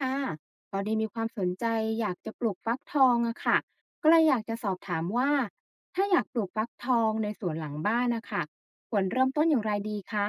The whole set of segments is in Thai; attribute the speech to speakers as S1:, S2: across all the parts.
S1: ค่ะพอดีมีความสนใจอยากจะปลูกฟักทองอะค่ะก็เลยอยากจะสอบถามว่าถ้าอยากปลูกฟักทองในสวนหลังบ้านนะคะควรเริ่มต้นอย่างไรดีคะ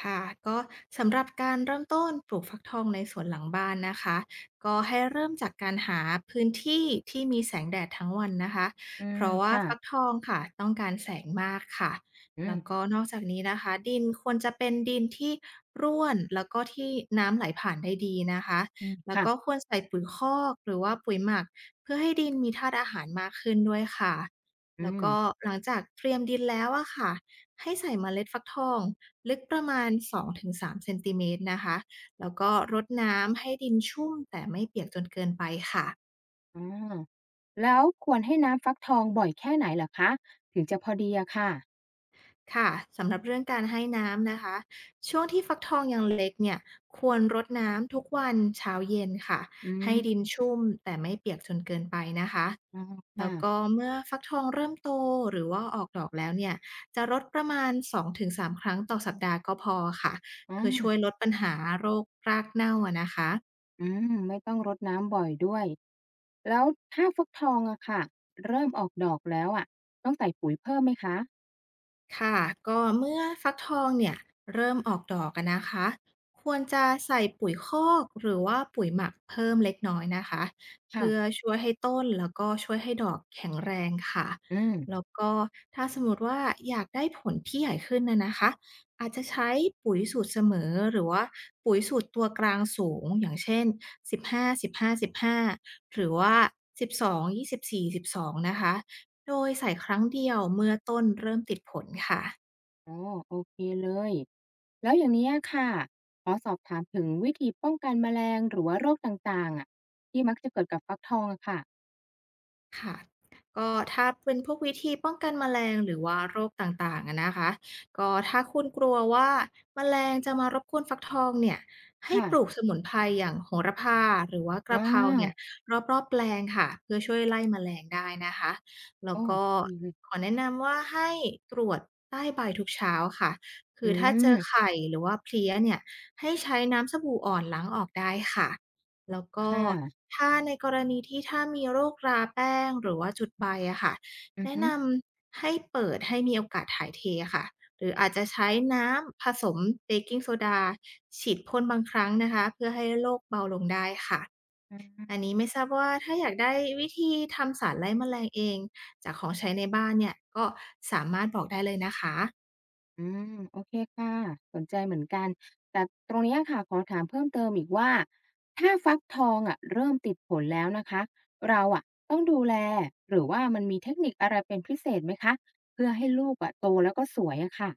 S2: ค่ะก็สำหรับการเริ่มต้นปลูกฟักทองในสวนหลังบ้านนะคะก็ให้เริ่มจากการหาพื้นที่ที่มีแสงแดดทั้งวันนะคะ
S1: อื
S2: เพ
S1: ม
S2: ราะว่า
S1: ค่ะ
S2: ฟักทองค่ะต้องการแสงมากค่ะ
S1: อื
S2: แล้
S1: ม
S2: วก็นอกจากนี้นะคะดินควรจะเป็นดินที่ร่วนแล้วก็ที่น้ำไหลผ่านได้ดีนะคะ
S1: อืม
S2: แล้วก็ค
S1: ค่ะ
S2: วรใส่ปุ๋ยคอกหรือว่าปุ๋ยหมักเพื่อให้ดินมีธาตุอาหารมากขึ้นด้วยค่ะ
S1: อื
S2: แล้ว
S1: ม
S2: ก็หลังจากเตรียมดินแล้วอะค่ะ ให้ใส่เมล็ดฟักทองลึกประมาณสองถึงสามเซนติเมตรนะคะแล้วก็รดน้ำให้ดินชุ่มแต่ไม่เปียกจนเกินไปค่ะ
S1: อ๋อแล้วควรให้น้ำฟักทองบ่อยแค่ไหนเหรอคะถึงจะพอดีอะค่ะ
S2: ค่ะสำหรับเรื่องการให้น้ำนะคะช่วงที่ฟักทองยังเล็กเนี่ยควรรดน้ำทุกวันเช้าเย็นค่ะ
S1: อื
S2: ให้ดิน
S1: ม
S2: ชุ่มแต่ไม่เปียกจนเกินไปนะคะ
S1: อ๋อ
S2: แล้วก็
S1: ค่ะ
S2: เมื่อฟักทองเริ่มโตหรือว่าออกดอกแล้วเนี่ยจะรดประมาณสองถึงสามครั้งต่อสัปดาห์ก็พอค่ะ
S1: อ๋อ
S2: เพื่อช่วยลดปัญหาโรครากเน่าอะนะคะ
S1: อืมไม่ต้องรดน้ำบ่อยด้วยแล้วถ้าฟักทองอะค่ะเริ่มออกดอกแล้วอะต้องใส่ปุ๋ยเพิ่มไหมคะ
S2: ค่ะก็เมื่อฟักทองเนี่ยเริ่มออกดอกอะนะคะควรจะใส่ปุ๋ยคอกหรือว่าปุ๋ยหมักเพิ่มเล็กน้อยนะคะเพื่อ
S1: ค่ะ
S2: ช่วยให้ต้นแล้วก็ช่วยให้ดอกแข็งแรงค่ะ
S1: อืม
S2: แล้วก็ถ้าสมมติว่าอยากได้ผลที่ใหญ่ขึ้นนะคะอาจจะใช้ปุ๋ยสูตรเสมอหรือว่าปุ๋ยสูตรตัวกลางสูงอย่างเช่น 15 15 15หาสิบห้าสิบห้าหรือว่า 12 24 12 นะคะ โดยใส่ครั้งเดียวเมื่อต้นเริ่มติดผลค่ะ
S1: อ๋อโอเคเลยแล้วอย่างนี้ยค่ะขอสอบถามถึงวิธีป้องกันแมลงหรือว่าโรคต่างๆอ่ะที่มักจะเกิดกับฟักทองอะค่ะ
S2: ค่ะก็ถ้าเป็นพวกวิธีป้องกันแมลงหรือว่าโรคต่างๆอะนะคะก็ถ้าคุณกลัวว่าแมลงจะมารบกวนฟักทองเนี่ยให้
S1: ค่ะ
S2: ปลูกสมุนไพรอย่างโหระพาหรือว่ากระ
S1: อา
S2: เพราเนี่ยรอบๆแปลงค่ะเพื่อช่วยไล่แมลงได้นะคะ แล้ว
S1: โอ้
S2: ก็
S1: ดีเลย
S2: ขอแนะนำว่าให้ตรวจใต้ใบทุกเช้าค่ะ คื
S1: อื
S2: อถ้าเจอ
S1: ม
S2: ไข่หรือว่าเพลี้ยเนี่ยให้ใช้น้ำสบู่อ่อนล้างออกได้ค่ะ แล้วก็
S1: ค่ะ
S2: ถ้าในกรณีที่ถ้ามีโรคราแป้งหรือว่าจุดใบอะค่ะ
S1: อือ
S2: แนะ
S1: ฮึ
S2: นำให้เปิดให้มีโอกาสถ่ายเทอะค่ะหรืออาจจะใช้น้ำผสมเบกกิงโซดาฉีดพ่นบางครั้งนะคะเพื่อให้โรคเบาลงได้ค่ะ
S1: อม
S2: อันนี้ไม่ทราบว่าถ้าอยากได้วิธีทำสารไล่แมลงเองจากของใช้ในบ้านเนี่ยก็สามารถบอกได้เลยนะคะ
S1: อืมโอเคค่ะสนใจเหมือนกันแต่ตรงเนี้ยค่ะขอถามเพิ่มเติมอีกว่าถ้าฟักทองอะเริ่มติดผลแล้วนะคะเราอะต้องดูแลหรือว่ามันมีเทคนิคอะไรเป็นพิเศษไหมคะเพื่อให้ลูกอะโตแล้วก็สวยอะค่ะ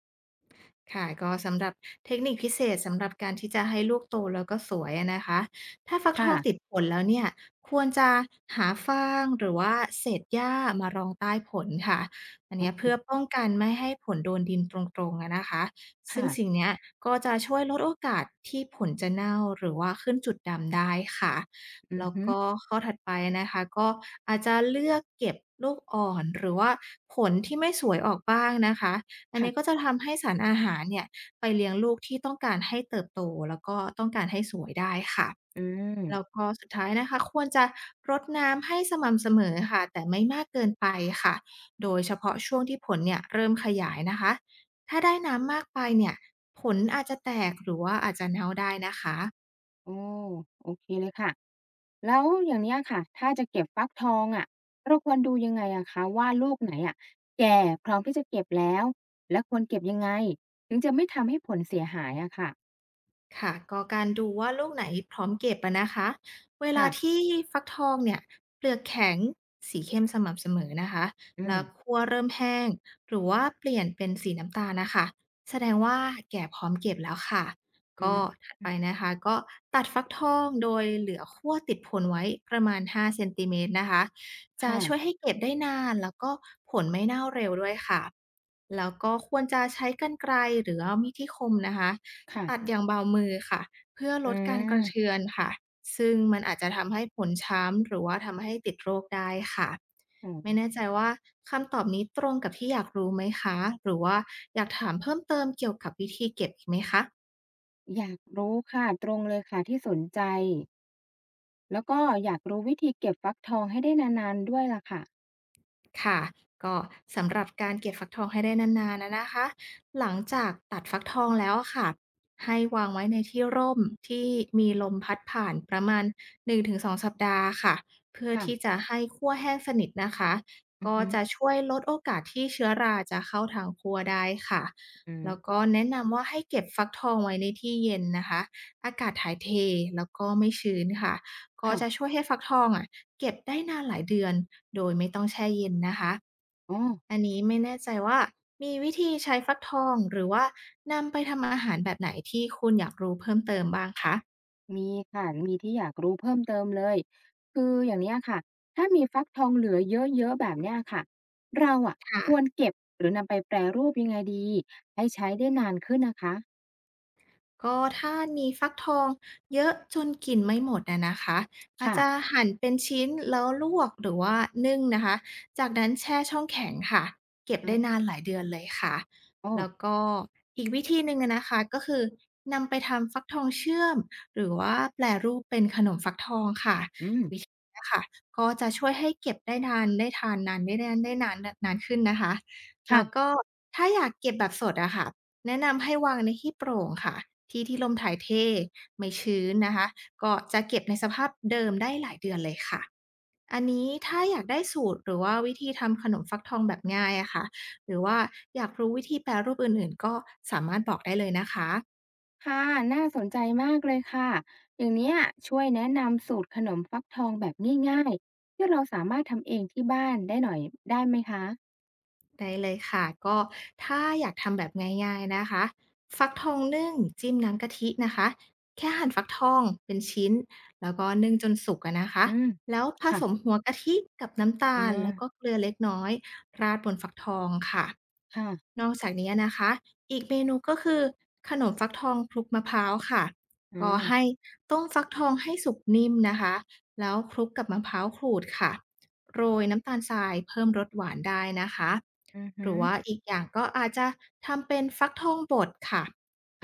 S2: ค่ะก็สำหรับเทคนิคพิเศษสำหรับการที่จะให้ลูกโตแล้วก็สวยอะนะคะถ้าฟักทองติด
S1: ค่ะ
S2: ผลแล้วเนี่ยควรจะหาฟางหรือว่าเศษหญ้ามารองใต้ผลค่ะอัน
S1: อ๋
S2: เนี้ยเพื่
S1: อ
S2: อป้องกันไม่ให้ผลโดนดินตรงๆอะนะคะซึ่งสิ่ง
S1: ค่ะ
S2: เนี้ยก็จะช่วยลดโอกาสที่ผลจะเน่าหรือว่าขึ้นจุดดำได้ค่ะ
S1: อื
S2: แล้
S1: อ
S2: ว
S1: ฮึ
S2: ก็ข้อถัดไปนะคะก็อาจจะเลือกเก็บลูกอ่อนหรือว่าผลที่ไม่สวยออกบ้างนะคะ อันนี้ก็
S1: ค่ะ
S2: จะทำให้สารอาหารเนี่ยไปเลี้ยงลูกที่ต้องการให้เติบโตแล้วก็ต้องการให้สวยได้ค่ะ
S1: อืม
S2: แล้วก็สุดท้ายนะคะควรจะรดน้ำให้สม่ำเสมอค่ะแต่ไม่มากเกินไปค่ะโดยเฉพาะช่วงที่ผลเนี่ยเริ่มขยายนะคะถ้าได้น้ำมากไปเนี่ยผลอาจจะแตกหรือว่าอาจจะเน่าได้นะคะ
S1: โอ้โอเคเลยค่ะ แล้วอย่างเนี้ยค่ะ ถ้าจะเก็บฟักทองอะเราควรดูยังไงอะคะว่าลูกไหนอะแก่พร้อมที่จะเก็บแล้ว และควรเก็บยังไงถึงจะไม่ทำให้ผลเสียหายอะค่ะ
S2: ค่ะก็การดูว่าลูกไหนพร้อมเก็บอะนะคะเวลา
S1: ค่ะ
S2: ที่ฟักทองเนี่ยเปลือกแข็งสีเข้มสม่ำเสมอนะคะ
S1: อื
S2: แล้ว
S1: ม
S2: คั่วเริ่มแห้งหรือว่าเปลี่ยนเป็นสีน้ำตาลนะคะแสดงว่าแก่พร้อมเก็บแล้วค่ะ
S1: อื
S2: ก็
S1: ม
S2: ถัดไปนะคะก็ตัดฟักทองโดยเหลือคั่วติดผลไว้ประมาณ5เซนติเมตรนะคะจะ
S1: ค่ะ
S2: ช่วยให้เก็บได้นานแล้วก็ผลไม่เน่าเร็วด้วยค่ะแล้วก็ควรจะใช้กรรไกรหรือว่ามีดที่คมนะคะ ตัดอ
S1: ค่ะ
S2: ย่างเบามือค่ะเพื่อล
S1: อื
S2: ดการกระเทื
S1: ม
S2: อนค่ะซึ่งมันอาจจะทำให้ผลช้ำหรือว่าทำให้ติดโรคได้ค่ะ
S1: โอ้โฮ
S2: ไม่แน่ใจว่าคำตอบนี้ตรงกับที่อยากรู้ไหมคะหรือว่าอยากถามเพิ่มเติมเกี่ยวกับวิธีเก็บอีกไหมคะ
S1: อยากรู้ค่ะ ตรงเลยค่ะที่สนใจแล้วก็อยากรู้วิธีเก็บฟักทองให้ได้นานๆด้วยล่ะค่ะ
S2: ค่ะก็สำหรับการเก็บฟักทองให้ได้นานๆนะคะหลังจากตัดฟักทองแล้วอะค่ะให้วางไว้ในที่ร่มที่มีลมพัดผ่านประมาณ1-2สองสัปดาห์ค่ะเพื่อ
S1: ค่ะ
S2: ที่จะให้คั่วแห้งสนิทนะคะ
S1: อือ
S2: ก็
S1: ฮึ
S2: จะช่วยลดโอกาสที่เชื้อราจะเข้าทางคั่วได้ค่ะ
S1: อืม
S2: แล้วก็แนะนำว่าให้เก็บฟักทองไว้ในที่เย็นนะคะอากาศถ่ายเทแล้วก็ไม่ชื้นค่ะ ก็จะ
S1: ค่ะ
S2: ช่วยให้ฟักทองอะเก็บได้นานหลายเดือนโดยไม่ต้องแช่เย็นนะคะ
S1: อ๋อ
S2: อันนี้ไม่แน่ใจว่ามีวิธีใช้ฟักทองหรือว่านำไปทำอาหารแบบไหนที่คุณอยากรู้เพิ่มเติมบ้างคะ
S1: มีค่ะมีที่อยากรู้เพิ่มเติมเลย คืออย่างเนี้ยค่ะ ถ้ามีฟักทองเหลือเยอะๆแบบเนี้ยค่ะ เราอะ
S2: ค่ะ
S1: ควรเก็บหรือนำไปแปรรูปยังไงดีให้ใช้ได้นานขึ้นนะคะ
S2: ก็ถ้ามีฟักทองเยอะจนกินไม่หมดอะนะคะอาจจะ
S1: ค่ะ
S2: หั่นเป็นชิ้นแล้วลวกหรือว่านึ่งนะคะจากนั้นแช่ช่องแข็งค่ะเก็บได้นาน
S1: อา
S2: หลายเดือนเลยค่ะ
S1: โอ้
S2: แล้ว
S1: อ
S2: ก็อีกวิธีหนึ่งอะนะคะก็คือนำไปทำฟักทองเชื่อมหรือว่าแปรรูปเป็นขนมฟักทองค่ะ
S1: อืม
S2: วิธีเนี้ยค่ะก็จะช่วยให้เก็บได้นานนานขึ้นนะคะแล้
S1: ค่ะ
S2: วก็ถ้าอยากเก็บแบบสดอะค่ะ แนะนำให้วางในที่โปร่งค่ะที่ที่ลมถ่ายเทไม่ชื้นนะคะก็จะเก็บในสภาพเดิมได้หลายเดือนเลยค่ะอันนี้ถ้าอยากได้สูตรหรือว่าวิธีทำขนมฟักทองแบบง่ายอะค่ะหรือว่าอยากรู้วิธีแปรรูปอื่นๆก็สามารถบอกได้เลยนะคะ
S1: ค่ะ น่าสนใจมากเลยค่ะ อย่างเนี้ยช่วยแนะนำสูตรขนมฟักทองแบบง่ายๆที่เราสามารถทำเองที่บ้านได้หน่อยได้ไหมคะ
S2: ได้เลยค่ะก็ถ้าอยากทำแบบง่ายๆนะคะฟักทองนึ่งจิ้มน้ำกะทินะคะแค่หั่นฟักทองเป็นชิ้นแล้วก็นึ่งจนสุกอะนะคะ
S1: อืม
S2: แล้วผสม
S1: ค่ะ
S2: หัวกะทิกับน้ำตา
S1: อ
S2: ลแล้วก็
S1: า
S2: เกลือเล็กน้อยราดบนฟักทองค่ะ
S1: ค่ะ
S2: นอกจากนี้นะคะอีกเมนูก็คือขนมฟักทองคลุกมะพร้าวค่ะก็
S1: อา
S2: ให้ต้มฟักทองให้สุกนิ่มนะคะแล้วคลุกกับมะพร้าวขูดค่ะ โรยน้ำตาลทรายเพิ่มรสหวานได้นะคะ
S1: อือ
S2: ห
S1: ฮึ
S2: รือว่าอีกอย่างก็อาจจะทำเป็นฟักทองบดค่ะ
S1: อ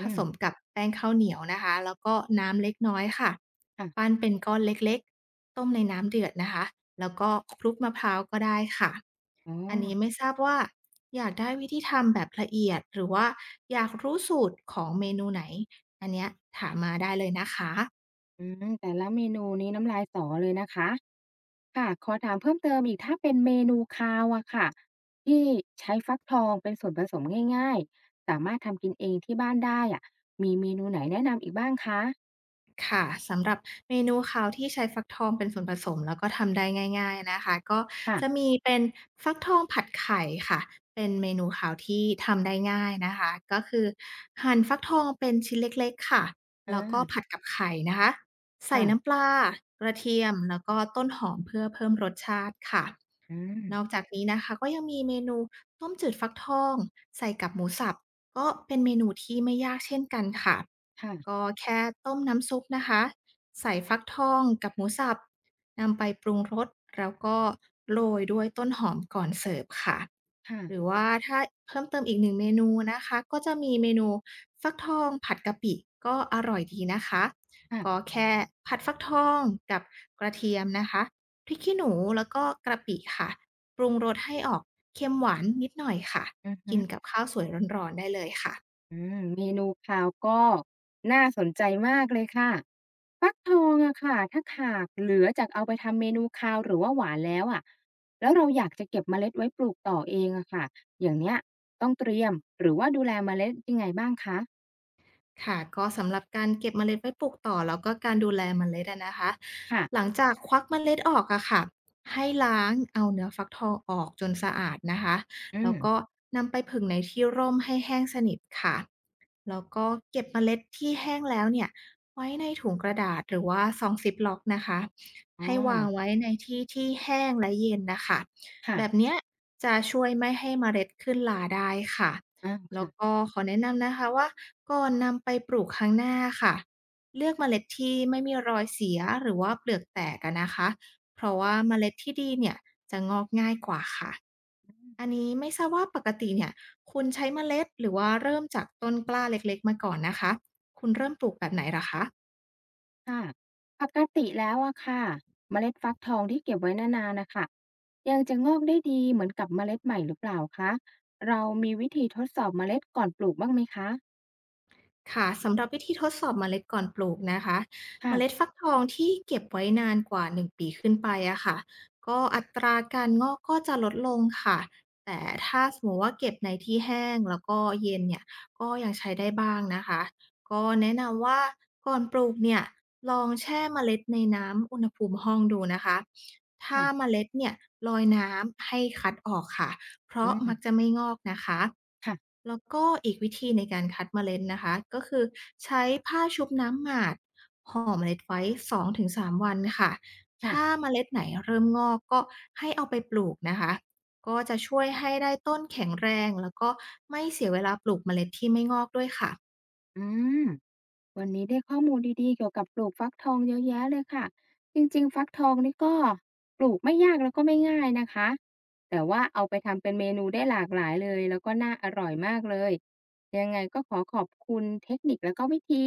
S2: ผ
S1: ื
S2: ส
S1: ม
S2: มกับแป้งข้าวเหนียวนะคะแล้วก็น้ำเล็กน้อยค่ะปั้นเป็นก้อนเล็กๆต้มในน้ำเดือดนะคะแล้วก็คลุกมะพร้าวก็ได้ค่ะ
S1: อ๋อ
S2: อันนี้ไม่ทราบว่าอยากได้วิธีทำแบบละเอียดหรือว่าอยากรู้สูตรของเมนูไหนอันเนี้ยถามมาได้เลยนะคะ
S1: อืมแต่ละเมนูนี้น้ำลายสอเลยนะคะค่ะขอถามเพิ่มเติมอีกถ้าเป็นเมนูคาวอะค่ะที่ใช้ฟักทองเป็นส่วนผสมง่ายๆสามารถทำกินเองที่บ้านได้อะมีเมนูไหนแนะนำอีกบ้างคะ
S2: ค่ะสำหรับเมนูคาวที่ใช้ฟักทองเป็นส่วนผสมแล้วก็ทำได้ง่ายๆนะคะก็จะ
S1: ค่ะ
S2: มีเป็นฟักทองผัดไข่ค่ะเป็นเมนูคาวที่ทำได้ง่ายนะคะก็คือหั่นฟักทองเป็นชิ้นเล็กๆค่ะ
S1: อา
S2: แล้วก็ผัดกับไข่นะคะใส่
S1: ค่ะ
S2: น้ำปลากระเทียมแล้วก็ต้นหอมเพื่อเพิ่มรสชาติค่ะ
S1: อืม
S2: นอกจากนี้นะคะก็ยังมีเมนูต้มจืดฟักทองใส่กับหมูสับก็เป็นเมนูที่ไม่ยากเช่นกันค่ะ ก็
S1: ค่ะ
S2: แค่ต้มน้ำซุปนะคะใส่ฟักทองกับหมูสับนำไปปรุงรสแล้วก็โรยด้วยต้นหอมก่อนเสิร์ฟค่ะ
S1: ๆ
S2: หรือว่าถ้าเพิ่มเติมอีกหนึ่งเมนูนะคะก็จะมีเมนูฟักทองผัดกะปิก็อร่อยดีนะคะ
S1: ค่ะ
S2: ก็แค่ผัดฟักทองกับกระเทียมนะคะพริกขี้หนูแล้วก็กระปิค่ะปรุงรสให้ออกเค็มหวานนิดหน่อยค่ะ
S1: อือฮึ
S2: กินกับข้าวสวยร้อนๆได้เลยค่ะ
S1: อืมเมนูคาวก็น่าสนใจมากเลยค่ะฟักทองอะค่ะถ้าหากเหลือจากเอาไปทำเมนูคาวหรือว่าหวานแล้วอะแล้วเราอยากจะเก็บเมล็ดไว้ปลูกต่อเองอะค่ะอย่างเนี้ยต้องเตรียมหรือว่าดูแลเมล็ดยังไงบ้างคะ
S2: ค่ะก็สำหรับการเก็บเมล็ดไว้ปลูกต่อแล้วก็การดูแลเมล็ดอะนะคะหลัง
S1: ค่ะ
S2: จากควักเมล็ดออกอะค่ะให้ล้างเอาเนื้อฟักทองออกจนสะอาดนะคะ
S1: อื
S2: แล้ว
S1: ม
S2: ก็นำไปผึ่งในที่ร่มให้แห้งสนิทค่ะแล้วก็เก็บเมล็ดที่แห้งแล้วเนี่ยไว้ในถุงกระดาษหรือว่าซองซิปล็อกนะคะ
S1: อ๋อ
S2: ให้วางไว้ในที่ที่แห้งและเย็นนะคะแบบ
S1: ค่ะ
S2: เนี้ยจะช่วยไม่ให้เมล็ดขึ้นลาได้ค่ะ
S1: อ้าว
S2: แล้วก็
S1: ค่ะ
S2: ขอแนะนำนะคะว่าก่อนนำไปปลูกครั้งหน้าค่ะเลือกเมล็ดที่ไม่มีรอยเสียหรือว่าเปลือกแตกอะนะคะเพราะว่าเมล็ดที่ดีเนี่ยจะงอกง่ายกว่าค่ะอันนี้ไม่ทราบว่าปกติเนี่ยคุณใช้เมล็ดหรือว่าเริ่มจากต้นกล้าเล็กๆมาก่อนนะคะคุณเริ่มปลูกแบบไหนเหรอคะ
S1: ค่ะปกติแล้วอะค่ะเมล็ดฟักทองที่เก็บไว้นานๆนะคะยังจะงอกได้ดีเหมือนกับเมล็ดใหม่หรือเปล่าคะเรามีวิธีทดสอบเมล็ดก่อนปลูกบ้างไหมคะ
S2: ค่ะสำหรับวิธีทดสอบเมล็ดก่อนปลูกนะคะเมล็ด
S1: ค่ะ
S2: ฟักทองที่เก็บไว้นานกว่า1ปีขึ้นไปอะค่ะก็อัตราการงอกก็จะลดลงค่ะแต่ถ้าสมมติว่าเก็บในที่แห้งแล้วก็เย็นเนี่ยก็ยังใช้ได้บ้างนะคะก็แนะนำว่าก่อนปลูกเนี่ยลองแช่เมล็ดในน้ำอุณหภูมิห้องดูนะคะถ้าเม
S1: ค่ะ
S2: ล็ดเนี่ยลอยน้ำให้คัดออกค่ะ เพ
S1: อื
S2: ราะ
S1: ม
S2: มักจะไม่งอกนะคะ
S1: ค่ะ
S2: แล้วก็อีกวิธีในการคัดเมล็ดนะคะก็คือใช้ผ้าชุบน้ำหมาดห่อเมล็ดไว้2-3วันค่ะถ้า
S1: ค่ะ
S2: เมล็ดไหนเริ่มงอกก็ให้เอาไปปลูกนะคะก็จะช่วยให้ได้ต้นแข็งแรงแล้วก็ไม่เสียเวลาปลูกเมล็ดที่ไม่งอกด้วยค่ะ
S1: อืม วันนี้ได้ข้อมูลดีๆเกี่ยวกับปลูกฟักทองเยอะแยะเลยค่ะจริงๆฟักทองนี่ก็ปลูกไม่ยากแล้วก็ไม่ง่ายนะคะแต่ว่าเอาไปทำเป็นเมนูได้หลากหลายเลยแล้วก็น่าอร่อยมากเลยยังไงก็ขอขอบคุณเทคนิคแล้วก็วิธี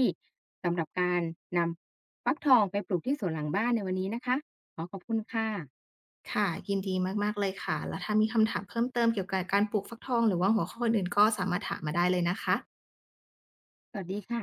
S1: สำหรับการนำฟักทองไปปลูกที่สวนหลังบ้านในวันนี้นะคะขอขอบคุณค่ะ
S2: ค่ะยินดีมากๆเลยค่ะแล้วถ้ามีคำถามเพิ่มเติมเกี่ยวกับการปลูกฟักทองหรือว่าหัวข้ออื่นๆก็สามารถถามมาได้เลยนะคะ
S1: สวัสดีค่ะ